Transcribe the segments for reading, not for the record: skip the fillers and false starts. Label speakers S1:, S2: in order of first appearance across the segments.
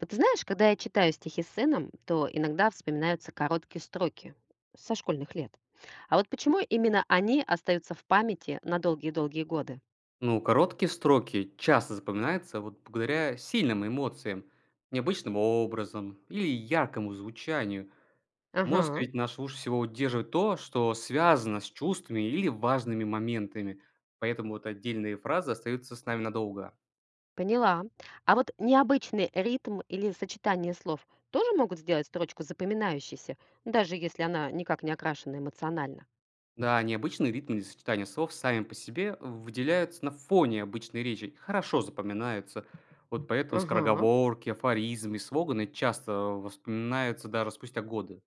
S1: Вот ты знаешь, когда я читаю стихи с сыном, то иногда вспоминаются короткие строки со школьных лет. А вот почему именно они остаются в памяти на долгие-долгие годы?
S2: Ну, короткие строки часто запоминаются вот благодаря сильным эмоциям, необычным образом или яркому звучанию. Мозг
S1: Ага,
S2: ведь наш лучше всего удерживает то, что связано с чувствами или важными моментами. Поэтому вот отдельные фразы остаются с нами надолго.
S1: поняла. А вот необычный ритм или сочетание слов тоже могут сделать строчку запоминающейся, даже если она никак не окрашена эмоционально.
S2: Да, необычные ритмы или сочетания слов сами по себе выделяются на фоне обычной речи, и хорошо запоминаются. Вот поэтому
S1: Ага,
S2: скороговорки, афоризмы и слоганы часто воспоминаются даже спустя годы.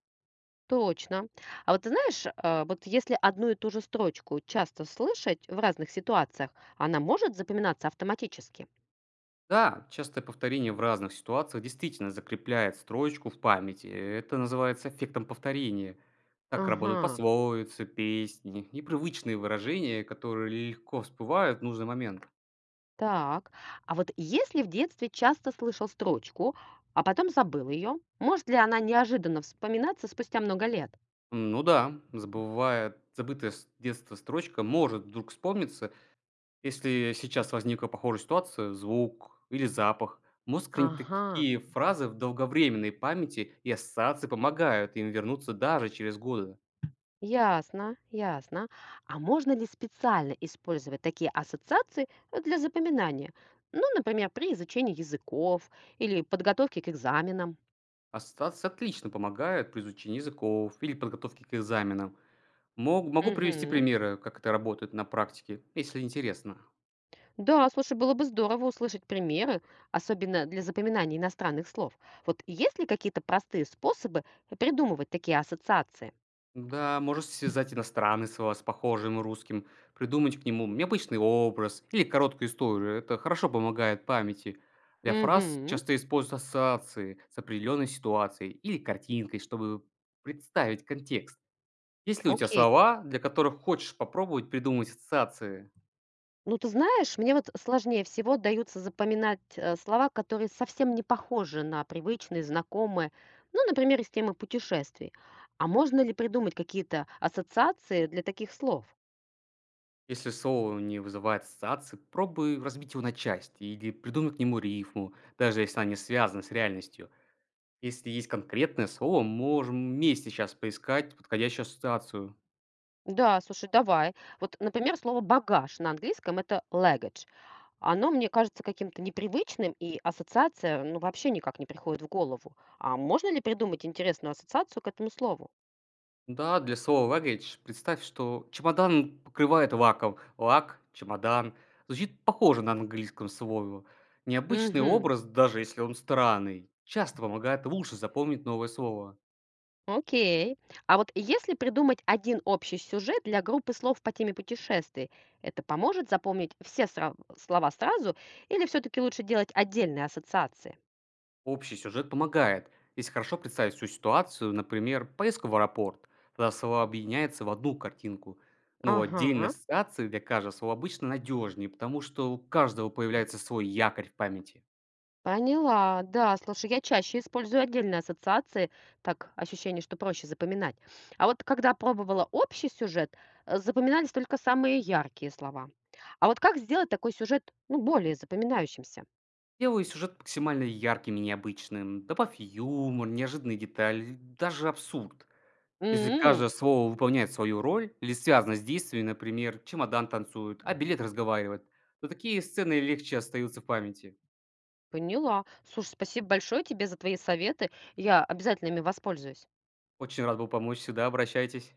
S1: точно. А вот ты знаешь, вот если одну и ту же строчку часто слышать в разных ситуациях, она может запоминаться автоматически.
S2: Да, частое повторение в разных ситуациях действительно закрепляет строчку в памяти. Это называется эффектом повторения. Так работают
S1: Ага.
S2: пословицы, песни и привычные выражения, которые легко всплывают в нужный момент.
S1: Так, а вот если в детстве часто слышал строчку, а потом забыл ее, может ли она неожиданно вспоминаться спустя много лет?
S2: Ну да, забывая забытая с детства строчка может вдруг вспомниться, если сейчас возникла похожая ситуация, звук или запах. Мозг хранит
S1: Ага,
S2: такие фразы в долговременной памяти, и ассоциации помогают им вернуться даже через годы.
S1: ясно, ясно. А можно ли специально использовать такие ассоциации для запоминания? Ну, например, при изучении языков или подготовке к экзаменам.
S2: Ассоциации отлично помогают при изучении языков или подготовке к экзаменам. Могу привести
S1: Мгм.
S2: примеры, как это работает на практике, если интересно.
S1: Да, слушай, было бы здорово услышать примеры, особенно для запоминания иностранных слов. Вот есть ли какие-то простые способы придумывать такие ассоциации?
S2: Да, можешь связать иностранный слова с похожим русским, придумать к нему необычный образ или короткую историю. Это хорошо помогает памяти. Для фраз
S1: Мгм.
S2: часто используют ассоциации с определенной ситуацией или картинкой, чтобы представить контекст. Есть ли у тебя
S1: Окей.
S2: слова, для которых хочешь попробовать придумать ассоциации?
S1: Ну, ты знаешь, мне вот сложнее всего даются запоминать слова, которые совсем не похожи на привычные, знакомые, ну, например, из темы путешествий. А можно ли придумать какие-то ассоциации для таких слов?
S2: Если соло не вызывает ассоциаций, пробуй разбить его на части или придумай к нему рифму, даже если она не связана с реальностью. Если есть конкретное слово, можем вместе сейчас поискать подходящую ассоциацию.
S1: Да, слушай, давай. Вот, например, слово багаж на английском это luggage. Оно мне кажется каким-то непривычным, и ассоциация, ну, вообще никак не приходит в голову. А можно ли придумать интересную ассоциацию к этому слову?
S2: Да, для слова luggage представь, что чемодан покрывает лаком. Лак, чемодан. Звучит похоже на английском слове. Необычный
S1: Угу.
S2: образ, даже если он странный, часто помогает лучше запомнить новое слово.
S1: Окей. А вот если придумать один общий сюжет для группы слов по теме путешествий, это поможет запомнить все слова сразу или все-таки лучше делать отдельные ассоциации?
S2: Общий сюжет помогает, если хорошо представить всю ситуацию, например, поездку в аэропорт, тогда слово объединяется в одну картинку. Но отдельные
S1: Ага.
S2: ассоциации для каждого слова обычно надежнее, потому что у каждого появляется свой якорь в памяти.
S1: Поняла, да, слушай, я чаще использую отдельные ассоциации, так ощущение, что проще запоминать. А вот когда пробовала общий сюжет, запоминались только самые яркие слова. А вот как сделать такой сюжет, ну, более запоминающимся?
S2: Делай сюжет максимально ярким и необычным, добавь юмор, неожиданные детали, даже абсурд. Если
S1: М,
S2: каждое слово выполняет свою роль или связано с действием, например, чемодан танцует, а билет разговаривает, то такие сцены легче остаются в памяти.
S1: поняла. Слушай, спасибо большое тебе за твои советы. Я обязательно ими воспользуюсь.
S2: Очень рад был помочь, всегда обращайтесь.